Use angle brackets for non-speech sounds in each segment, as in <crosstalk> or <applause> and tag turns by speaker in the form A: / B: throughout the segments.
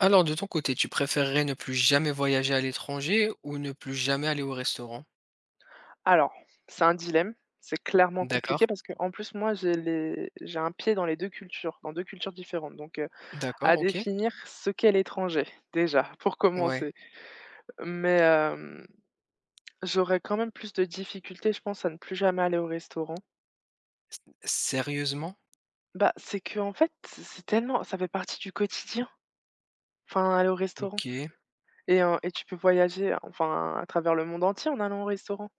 A: Alors, de ton côté, tu préférerais ne plus jamais voyager à l'étranger ou ne plus jamais aller au restaurant?
B: Alors, c'est un dilemme, c'est clairement compliqué
A: D'accord,
B: parce que en plus moi j'ai un pied dans les 2 cultures, dans 2 cultures différentes donc,
A: d'accord,
B: à
A: OK.
B: définir ce qu'est l'étranger, déjà, pour
A: Ouais.
B: commencer. Mais, j'aurais quand même plus de difficultés je pense à ne plus jamais aller au restaurant.
A: Sérieusement?
B: Bah, c'est que en fait, c'est tellement ça fait partie du quotidien, enfin aller au restaurant
A: OK.
B: et tu peux voyager enfin à travers le monde entier en allant au restaurant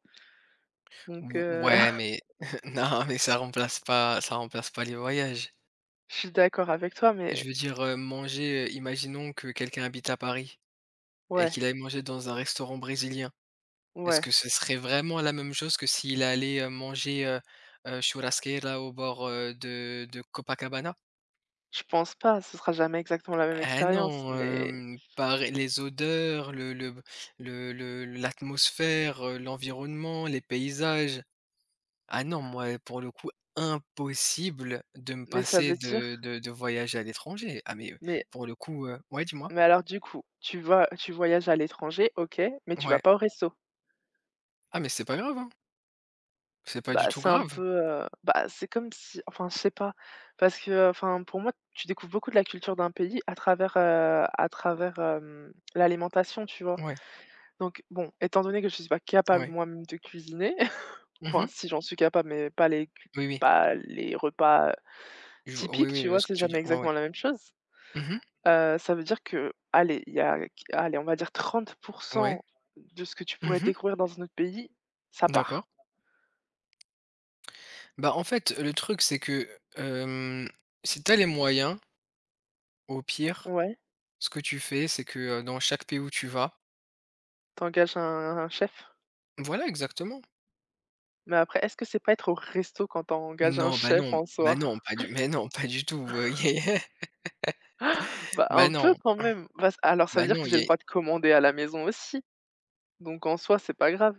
B: donc
A: Ou
B: heu,
A: ouais,
B: <laughs>
A: mais <laughs> non, mais ça remplace pas les voyages.
B: je suis d'accord avec toi
A: Je
B: mais
A: veux dire, manger, imaginons que quelqu'un habite à Paris et
B: ouais,
A: qu'il aille manger dans un restaurant brésilien. Est-ce
B: ouais.
A: que ce serait vraiment la même chose que s'il allait, manger, churrasqueira au bord, de Copacabana?
B: Je pense pas, ce sera jamais exactement la même
A: Ah
B: expérience,
A: non,
B: mais
A: par les odeurs, le l'atmosphère, l'environnement, les paysages. Ah non, moi, pour le coup, impossible de me
B: mais ça
A: passer
B: veut
A: de
B: dire
A: de de voyager à l'étranger. Ah mais,
B: mais
A: pour le coup, ouais, dis-moi?
B: mais alors du coup, tu voyages à l'étranger, OK, mais tu vas
A: Ouais.
B: pas au resto.
A: Ah mais c'est pas grave, hein. C'est pas du
B: Bah,
A: tout
B: c'est un
A: grave.
B: peu, bah, c'est comme si enfin, je sais pas, parce que, enfin, pour moi, tu découvres beaucoup de la culture d'un pays à travers, l'alimentation, tu vois?
A: Ouais,
B: Donc bon, étant donné que je suis pas capable
A: ouais.
B: moi-même de cuisiner, <laughs> enfin,
A: Mmh.
B: si j'en suis capable, mais
A: Oui, oui.
B: pas les repas
A: Je v oui,
B: typiques,
A: oui,
B: tu
A: je vois
B: vois?
A: ce que
B: C'est
A: tu veux
B: jamais
A: dire. Ouais, ouais.
B: exactement la même chose.
A: Mmh.
B: Ça veut dire que, allez, il y a allez, on va dire 30
A: Ouais.
B: de ce que tu pourrais
A: Mmh.
B: découvrir dans un autre pays, ça
A: D'accord.
B: part.
A: Bah, en fait, le truc, c'est que, hem, si t'as les moyens, au pire
B: Ouais.
A: ce que tu fais, c'est que, dans chaque pays où tu vas.
B: T'engages un chef,
A: Voilà, exactement.
B: mais après, est-ce que c'est pas être au resto quand t'engages un
A: Non, bah,
B: chef
A: non,
B: en
A: bah,
B: soi?
A: non, pas du mais non, pas du tout, il <laughs> y a.
B: <laughs> Bah,
A: Bah,
B: un peu
A: non,
B: quand même. Bah, c alors ça
A: bah,
B: veut dire
A: non,
B: que
A: il
B: j'ai
A: y a.
B: le droit de commander à la maison aussi, donc en soi, c'est pas grave.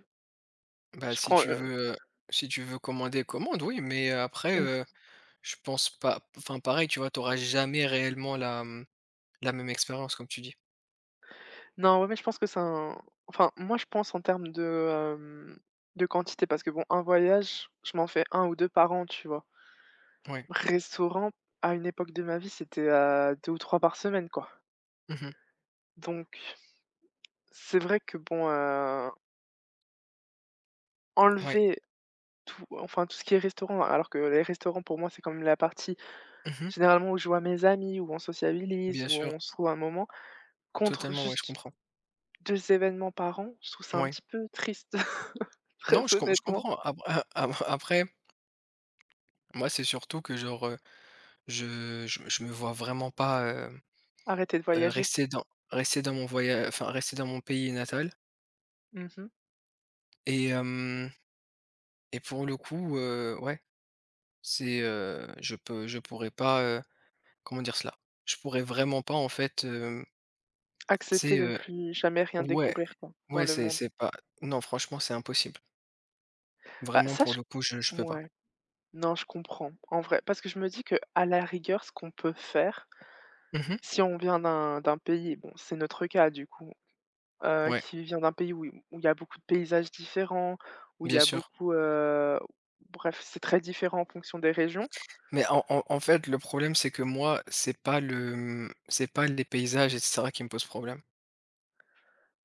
A: Bah,
B: Je
A: si
B: prends,
A: tu
B: heu
A: veux, si tu veux commander, commande, oui, mais, après,
B: <laughs>
A: je pense pas, enfin, pareil, tu vois, t'auras jamais réellement la, la même expérience comme tu dis.
B: non, ouais, mais je pense que c'est un enfin, moi, je pense en termes de, de quantité parce que bon, un voyage, je m'en fais un ou 2 par an, tu vois?
A: Ouais.
B: Restaurant, à une époque de ma vie, c'était, 2 ou 3 par semaine, quoi.
A: Mmh.
B: Donc c'est vrai que bon,
A: Ouais.
B: enlever tout ce qui est restaurant, alors que les restaurants pour moi, c'est quand même la partie
A: Mmh.
B: généralement où je vois mes amis, où on sociabilise,
A: Bien
B: où
A: sûr,
B: on se trouve un moment, contre
A: totalement, ouais, je
B: juste
A: comprends.
B: 2 événements par an, je trouve ça un
A: Ouais.
B: petit peu triste, <laughs> très
A: Non, je
B: honnêtement.
A: comprends. Ap a ap Après, moi, c'est surtout que genre, je me vois vraiment pas.
B: Arrêter de voyager.
A: Rester dans mon pays natal,
B: Mmh.
A: et hem et pour le coup, ouais, c'est, je pourrais pas, comment dire cela? Je pourrais vraiment pas, en fait, tu sais,
B: Accepter de ne plus jamais rien
A: ouais,
B: découvrir, quoi, dans
A: ouais,
B: le
A: c'est
B: monde.
A: c'est pas, non, franchement, c'est impossible.
B: Bah
A: Vraiment
B: ça,
A: pour
B: je
A: le coup, je peux pas.
B: Ouais. Non, je comprends, en vrai. Parce que je me dis que à la rigueur, ce qu'on peut faire,
A: Mmh.
B: si on vient d'un pays, bon, c'est notre cas du coup,
A: Ouais,
B: qui vient d'un pays où il y a beaucoup de paysages différents, où il
A: bien
B: y a
A: sûr.
B: beaucoup, bref, c'est très différent en fonction des régions.
A: Mais en fait, le problème c'est que moi, c'est pas le, c'est pas les paysages et cetera qui me posent problème.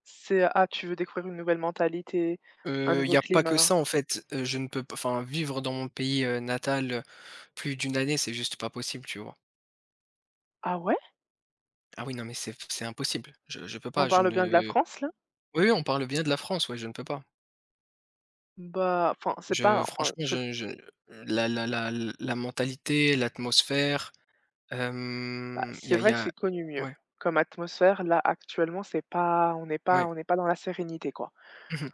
B: C'est, ah, tu veux découvrir une nouvelle mentalité, un
A: Il y
B: nouveau
A: a pas que ça
B: climat.
A: en fait, je ne peux pas, enfin, vivre dans mon pays, natal, plus d'une année, c'est juste pas possible, tu vois?
B: Ah ouais?
A: Ah oui, non, mais c'est impossible. Je ne peux
B: Mais
A: pas,
B: on
A: je
B: parle
A: ne
B: bien de la France là?
A: oui, oui, on parle bien de la France, ouais, je ne peux pas.
B: Bah, enfin, c'est
A: Je
B: pas enfin,
A: Franchement, je la mentalité, l'atmosphère,
B: c'est
A: il y
B: vrai que
A: a
B: j'ai connu mieux.
A: ouais,
B: Comme atmosphère, là, actuellement, c'est pas on n'est pas
A: ouais.
B: on n'est pas dans la sérénité, quoi.
A: Mmh.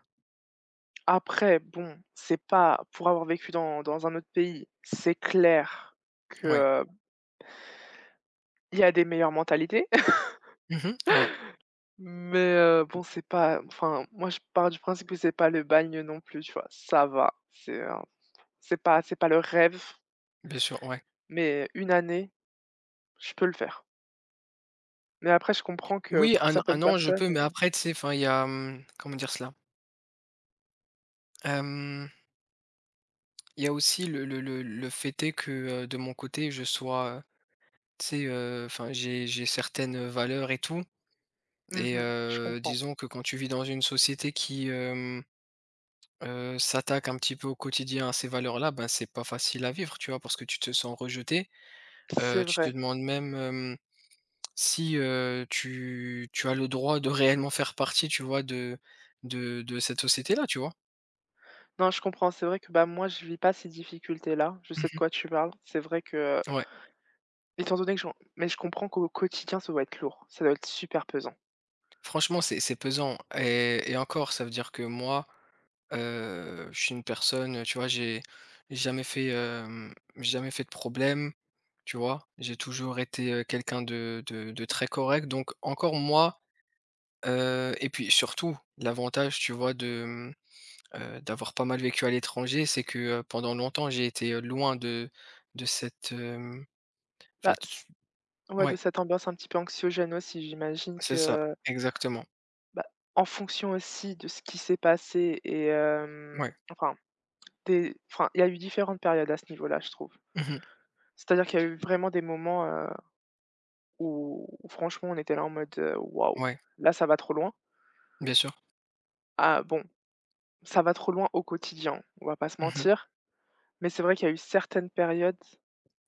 B: Après, bon, c'est pas pour avoir vécu dans un autre pays, c'est clair que,
A: Ouais.
B: il y a des meilleures mentalités, <laughs>
A: Mmh. Ouais,
B: mais, bon, c'est pas enfin, moi, je pars du principe que c'est pas le bagne non plus, tu vois? Ça va, c'est pas le rêve,
A: bien sûr, ouais.
B: mais une année, je peux le faire. Mais après, je comprends que
A: Oui,
B: pour
A: un
B: certaines
A: an je peux,
B: personnes,
A: mais après, tu sais, enfin, il y a, comment dire cela? Il y a aussi le fait est que, de mon côté, je sois, tu sais, enfin, j'ai certaines valeurs et tout, et,
B: mmh je comprends.
A: disons que quand tu vis dans une société qui, s'attaque un petit peu au quotidien à ces valeurs-là, ben, c'est pas facile à vivre, tu vois? Parce que tu te sens rejeté,
B: C'est
A: tu te
B: vrai.
A: demandes même, si, tu as le droit de réellement faire partie, tu vois, de cette société-là, tu vois?
B: Non, je comprends, c'est vrai que, bah, moi, je vis pas ces difficultés-là. Je sais de
A: Mmh.
B: quoi tu parles. C'est vrai que
A: Ouais.
B: Étant donné que j'en mais je comprends qu'au quotidien, ça doit être lourd, ça doit être super pesant.
A: Franchement, c'est pesant, et encore, ça veut dire que moi, je suis une personne, tu vois, j'ai jamais fait, hem, j'ai jamais fait de problème, tu vois? J'ai toujours été, quelqu'un de très correct, donc encore moi, et puis surtout l'avantage, tu vois, de, d'avoir pas mal vécu à l'étranger, c'est que, pendant longtemps, j'ai été, loin de cette, enfin,
B: Bah,
A: tu
B: c ouais, de
A: ouais,
B: cette ambiance un petit peu anxiogène aussi, j'imagine
A: c'est ça,
B: que,
A: exactement.
B: bah, en fonction aussi de ce qui s'est passé et,
A: Ouais.
B: enfin, des enfin, il y a eu différentes périodes à ce niveau-là, je trouve.
A: Mmh.
B: C'est-à-dire qu'il y a eu vraiment des moments, où franchement, on était là en mode, «Waouh,
A: Ouais,
B: là, ça va trop loin».
A: bien sûr.
B: Ah bon, ça va trop loin au quotidien, on va pas se
A: Mmh.
B: mentir, mais c'est vrai qu'il y a eu certaines périodes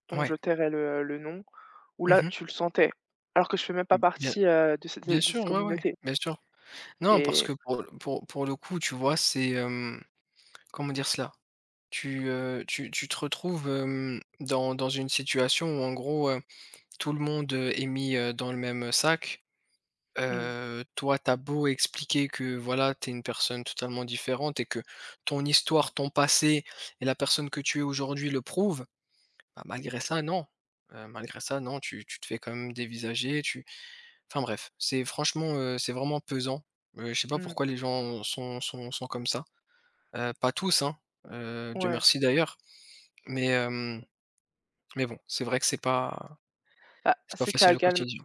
B: dont
A: Ouais.
B: je tairai le nom, où là,
A: Mmh.
B: tu le sentais. Alors que je fais même pas
A: Bien
B: partie, de cette
A: Bien
B: de
A: sûr,
B: cette
A: ouais, ouais,
B: communauté
A: bien sûr. Non, parce que
B: et
A: pour le coup, tu vois, c'est, comment dire cela? Tu te retrouves, dans une situation où, en gros, tout le monde, est mis, dans le même sac.
B: mmh,
A: Toi, t'as beau expliquer que voilà, t'es une personne totalement différente et que ton histoire, ton passé et la personne que tu es aujourd'hui le prouvent, bah, malgré ça, non. Malgré ça, non, tu te fais quand même dévisager. Enfin bref, c'est franchement, c'est vraiment pesant. Je sais pas
B: mmh,
A: pourquoi les gens sont comme ça. Pas tous, hein, Dieu
B: ouais.
A: merci d'ailleurs, mais hem, mais bon, c'est vrai que c'est pas
B: Bah, c'est
A: facile au
B: qu'amalgame
A: quotidien.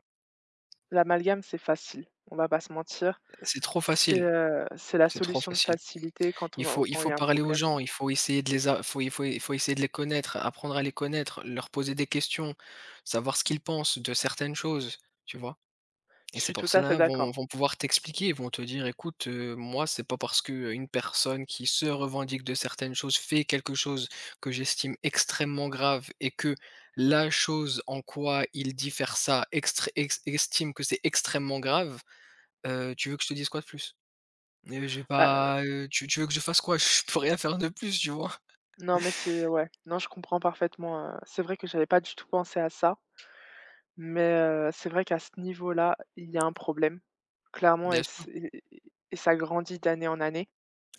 B: l'amalgame, c'est facile, on va pas se mentir.
A: C'est trop
B: C'est,
A: facile,
B: heu, c'est la
A: c'est trop
B: solution de
A: facile.
B: facilité quand on en
A: Il
B: quand il
A: faut
B: y a un
A: parler aux
B: problème.
A: gens, il faut essayer de les a faut il faut essayer de les connaître, apprendre à les connaître, leur poser des questions, savoir ce qu'ils pensent de certaines choses, tu vois? Et
B: Je
A: c'est
B: suis
A: pour
B: tout à fait
A: cela,
B: d'accord.
A: vont pouvoir t'expliquer, vont te dire: «Écoute, moi, c'est pas parce que une personne qui se revendique de certaines choses fait quelque chose que j'estime extrêmement grave et que la chose en quoi il dit faire ça extré ex estime que c'est extrêmement grave, tu veux que je te dise quoi de plus? J'ai
B: Bah,
A: pas, tu veux que je fasse quoi? <laughs> Je peux rien faire de plus», tu vois?
B: non, mais c'est ouais, non, je comprends parfaitement, c'est vrai que j'avais pas du tout pensé à ça, mais, c'est vrai qu'à ce niveau-là, il y a un problème, clairement
A: Bien
B: et
A: sûr.
B: c'est et ça grandit d'année en année.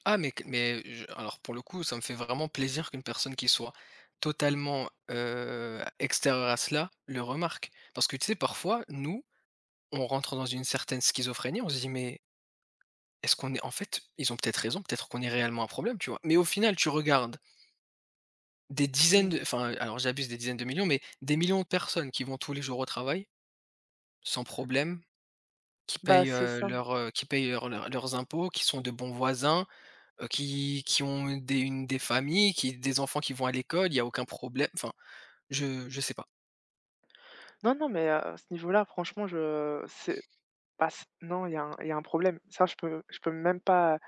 A: Ah mais q mais je alors, pour le coup, ça me fait vraiment plaisir qu'une personne qui soit totalement, extérieure à cela, le remarque. Parce que tu sais, parfois, nous, on rentre dans une certaine schizophrénie, on se dit: «Mais est-ce qu'on est, en fait, ils ont peut-être raison, peut-être qu'on est réellement un problème», tu vois? Mais au final, tu regardes des dizaines
B: Mmh.
A: de, enfin, alors j'abuse, des dizaines de millions, mais des millions de personnes qui vont tous les jours au travail, sans problème, qui
B: Bah,
A: payent
B: c'est ça.
A: leurs impôts, qui sont de bons voisins, qui ont des une des familles, qui des enfants qui vont à l'école, il y a aucun problème. Enfin, je sais pas.
B: Non, non, mais, à ce niveau-là, franchement, je c'est bah, c non, il y a un problème. Ça, je peux même pas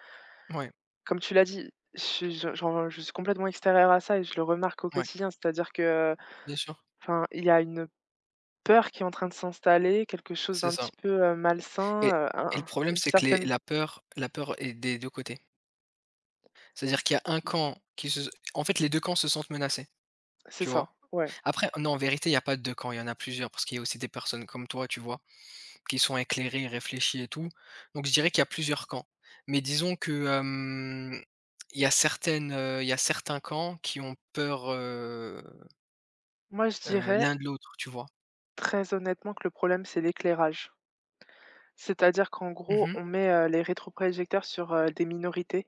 A: Ouais,
B: comme tu l'as dit, je suis complètement extérieure à ça et je le remarque au
A: ouais,
B: quotidien. C'est-à-dire que,
A: bien sûr,
B: enfin, il y a une peur qui est en train de s'installer, quelque chose
A: c'est
B: d'un
A: ça,
B: petit peu,
A: et
B: malsain,
A: et le
B: un
A: problème,
B: une
A: c'est que les
B: certaine
A: la peur est des 2 côtés. C'est-à-dire qu'il y a un camp qui se en fait, les 2 camps se sentent menacés,
B: c'est
A: tu
B: ça,
A: vois?
B: ouais.
A: Après non, en vérité, il y a pas de 2 camps, il y en a plusieurs parce qu'il y a aussi des personnes comme toi, tu vois? Qui sont éclairées, réfléchies et tout. Donc je dirais qu'il y a plusieurs camps. Mais disons que, il y a certains camps qui ont peur,
B: Moi, je dirais
A: L'un de l'autre, tu vois?
B: très honnêtement que le problème, c'est l'éclairage. C'est-à-dire qu'en gros,
A: Mmh.
B: on met, les rétroprojecteurs sur, des minorités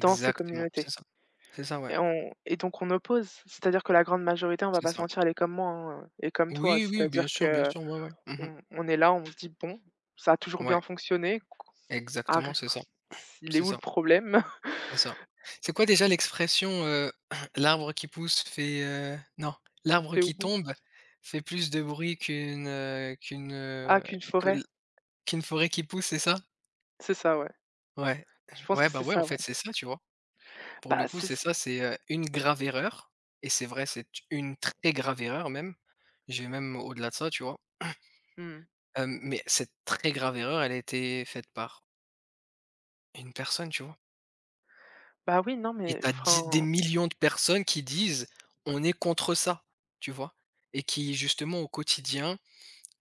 B: dans ces
A: c'est
B: communautés.
A: ça. C'est ça, ouais,
B: Et donc, on oppose. C'est-à-dire que la grande majorité, on va
A: c'est
B: pas se
A: ça.
B: mentir, elle est comme moi hein, et comme toi.
A: Oui, oui,
B: C'est-à-dire
A: bien
B: que
A: sûr, ouais, ouais. Mmh.
B: on est là, on se dit, bon, ça a toujours
A: Ouais,
B: bien fonctionné. Arr-
A: exactement, c'est ça,
B: Il est
A: c'est
B: où le
A: ça,
B: problème?
A: c'est ça. C'est quoi déjà l'expression, <clears throat> l'arbre qui pousse fait, non,
B: <laughs>
A: l'arbre
B: Fait
A: qui
B: où?
A: tombe fait plus de bruit qu'une, qu'une,
B: Ah, qu'une
A: que
B: forêt.
A: l qu'une forêt qui pousse, c'est ça?
B: C'est ça, ouais.
A: Ouais.
B: Je pense
A: Ouais,
B: que
A: ben
B: c'est
A: ouais, en
B: ça,
A: fait,
B: ouais.
A: c'est ça, tu vois? Pour le
B: Bah,
A: coup,
B: c'est...
A: c'est
B: s-
A: ça, c'est, une grave erreur, et c'est vrai, c'est une très grave erreur même. Je vais même au-delà de ça, tu vois?
B: Hmm.
A: Hem, mais cette très grave erreur, elle a été faite par une personne, tu vois?
B: Bah oui, non,
A: Et
B: mais...
A: t'as as des
B: Enfin,
A: millions de personnes qui disent: «On est contre ça», tu vois? Et qui justement au quotidien,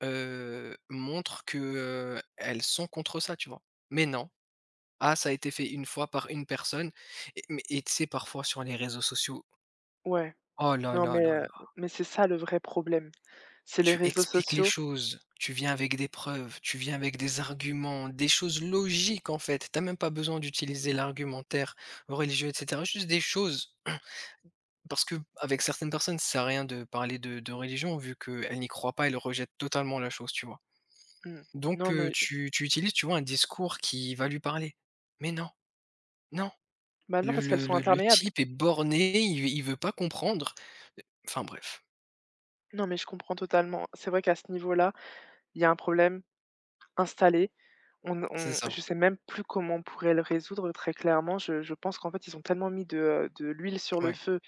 A: montrent que, elles sont contre ça, tu vois? Mais non. Ah, ça a été fait une fois par une personne, et tu sais, parfois sur les réseaux sociaux,
B: ouais.
A: oh là
B: Non
A: là
B: mais,
A: là
B: heu,
A: là.
B: mais c'est ça le vrai problème, c'est les
A: Tu
B: réseaux
A: expliques les
B: sociaux.
A: choses, tu viens avec des preuves, tu viens avec des arguments, des choses logiques en fait. T'as même pas besoin d'utiliser l'argumentaire religieux et cetera, juste des choses <clears throat> parce que avec certaines personnes, ça sert à rien de parler de religion, vu qu'elles n'y croient pas, elles rejettent totalement la chose, tu vois?
B: Mmh.
A: Donc,
B: Non mais
A: tu utilises, tu vois, un discours qui va lui parler. Mais non, non,
B: bah, non
A: le
B: parce qu'elles
A: le
B: sont
A: le le
B: imperméables.
A: type est borné, il veut pas comprendre. Enfin bref,
B: Non mais je comprends totalement. C'est vrai qu'à ce niveau-là, il y a un problème installé. On
A: c'est
B: on
A: ça,
B: je sais même plus comment on pourrait le résoudre très clairement. Je pense qu'en fait, ils ont tellement mis de l'huile sur le
A: ouais,
B: feu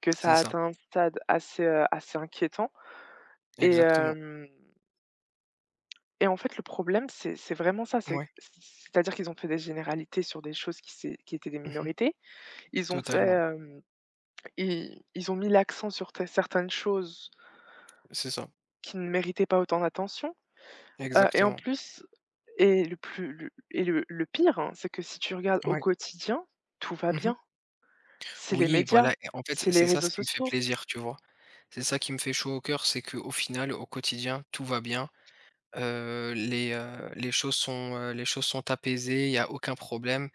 B: que
A: c'est
B: ça a
A: ça,
B: atteint un stade assez inquiétant et
A: exactement,
B: hem et en fait, le problème, c'est vraiment ça,
A: ouais.
B: c'est-à-dire qu'ils ont fait des généralités sur des choses qui étaient des
A: Mmh.
B: minorités. Ils ont fait,
A: Totalement.
B: hem Ils ils ont mis l'accent sur t certaines choses
A: C'est ça,
B: qui ne méritaient pas autant d'attention, et en
A: exactement.
B: plus et le plus le et le le pire, hein, c'est que si tu regardes au
A: Ouais.
B: quotidien, tout va
A: Mmh.
B: bien. C'est les
A: Oui, voilà,
B: médias,
A: et en fait,
B: c'est les
A: c'est ça ce
B: réseaux
A: qui me fait
B: sociaux.
A: plaisir, tu vois? C'est ça qui me fait chaud au cœur, c'est que au final, au quotidien, tout va bien. Les choses sont, apaisées, il y a aucun problème,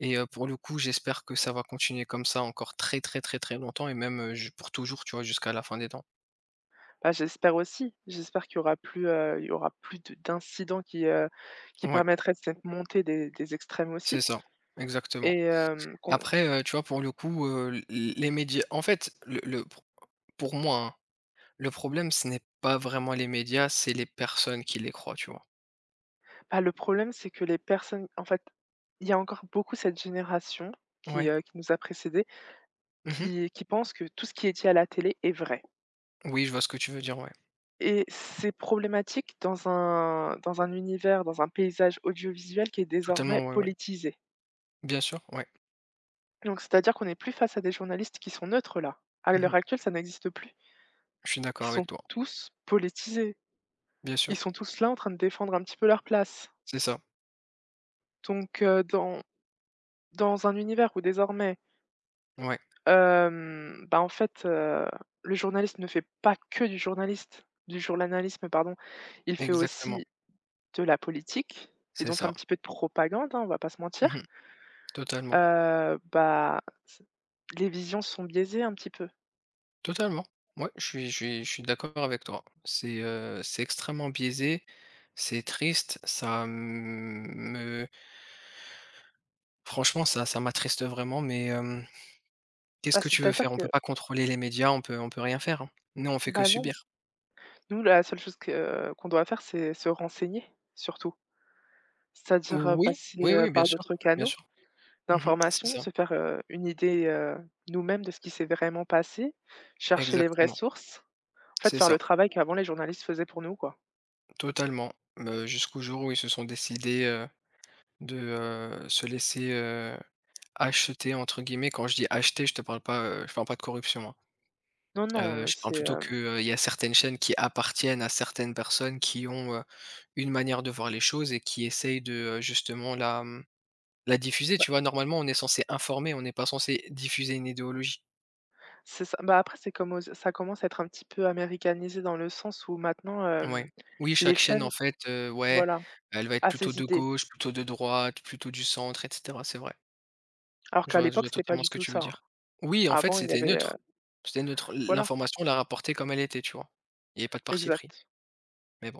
A: et, pour le coup, j'espère que ça va continuer comme ça encore très, très, très, très longtemps et même, ju pour toujours, tu vois, jusqu'à la fin des temps.
B: Bah, j'espère aussi, j'espère qu'il y aura plus, il y aura plus de d'incidents qui
A: Ouais,
B: permettraient de cette montée des extrêmes
A: c'est
B: aussi
A: ça, exactement.
B: et, qu'on
A: Après, tu vois, pour le coup, l les médias en fait, le pour moi, hein, le problème, ce n'est pas vraiment les médias, c'est les personnes qui les croient, tu vois?
B: bah, le problème, c'est que les personnes en fait, il y a encore beaucoup cette génération qui,
A: Ouais.
B: heu, qui nous a précédés
A: Mmh.
B: qui pensent que tout ce qui est dit à la télé est vrai
A: Oui, je vois ce que tu veux dire, ouais.
B: et c'est problématique dans un univers, dans un paysage audiovisuel qui est désormais
A: Totalement, ouais, ouais.
B: politisé.
A: Bien sûr, ouais.
B: Donc c'est-à-dire qu'on n'est plus face à des journalistes qui sont neutres là. À
A: Mmh.
B: l'heure actuelle, ça n'existe plus.
A: Je suis
B: Ils
A: d'accord avec
B: sont
A: toi.
B: tous politisés.
A: Bien sûr,
B: Ils sont tous là en train de défendre un petit peu leur place.
A: c'est ça.
B: Donc, dans un univers où désormais,
A: Ouais,
B: bah, en fait, le journaliste ne fait pas que du journalisme pardon. Il fait
A: exactement.
B: aussi de la politique et
A: C'est
B: donc un
A: ça.
B: petit peu de propagande, hein, on va pas se mentir,
A: Mmh. Totalement,
B: bah, c les visions sont biaisées un petit peu.
A: totalement. Ouais, je suis d'accord avec toi. C'est extrêmement biaisé, c'est triste, ça me franchement, ça m'attriste vraiment, mais, qu'est-ce
B: Bah,
A: que tu veux
B: c'est-à-dire
A: faire? On
B: que
A: peut pas contrôler les médias, on peut rien faire, hein. Nous, on fait que
B: bah, non,
A: subir.
B: nous la seule chose que qu'on doit faire, c'est se renseigner surtout. C'est-à-dire,
A: Oui,
B: passer,
A: oui, oui, bien
B: par
A: sûr,
B: d'autres
A: bien
B: canaux
A: sûr. Mmh. C'est
B: d'information,
A: ça,
B: se faire, une idée, nous-mêmes de ce qui s'est vraiment passé, chercher les vraies
A: exactement.
B: sources, en fait,
A: C'est
B: faire le
A: ça,
B: travail qu'avant les journalistes faisaient pour nous, quoi.
A: totalement. Jusqu'au jour où ils se sont décidés, de, se laisser, «acheter» entre guillemets. Quand je dis «acheter», je te parle pas, je parle pas de corruption, hein.
B: Non, non,
A: Je parle
B: c'est,
A: plutôt que, il y a certaines chaînes qui appartiennent à certaines personnes qui ont, une manière de voir les choses et qui essayent de, justement, la, la diffuser, tu
B: bah.
A: vois? Normalement, on est censé informer, on n'est pas censé diffuser une idéologie.
B: C'est ça. Bah, après, c'est comme aux ça commence à être un petit peu américanisé dans le sens où maintenant,
A: Ouais. Oui,
B: les
A: chaque chaîne en
B: chaînes
A: fait, ouais,
B: voilà,
A: elle va être
B: à
A: plutôt
B: ses
A: de
B: idées.
A: gauche, plutôt de droite, plutôt du centre, et cetera. C'est vrai.
B: Alors qu'à
A: Je
B: l'époque,
A: vois
B: c'était pas
A: totalement ce
B: du
A: que
B: tout
A: tu veux
B: ça, hein.
A: dire. Oui, en fait,
B: Avant, il y
A: c'était
B: avait,
A: neutre. C'était neutre.
B: voilà,
A: L'information, on l'a rapportée comme elle était, tu vois? Il n'y avait pas de parti pris,
B: exact.
A: mais bon.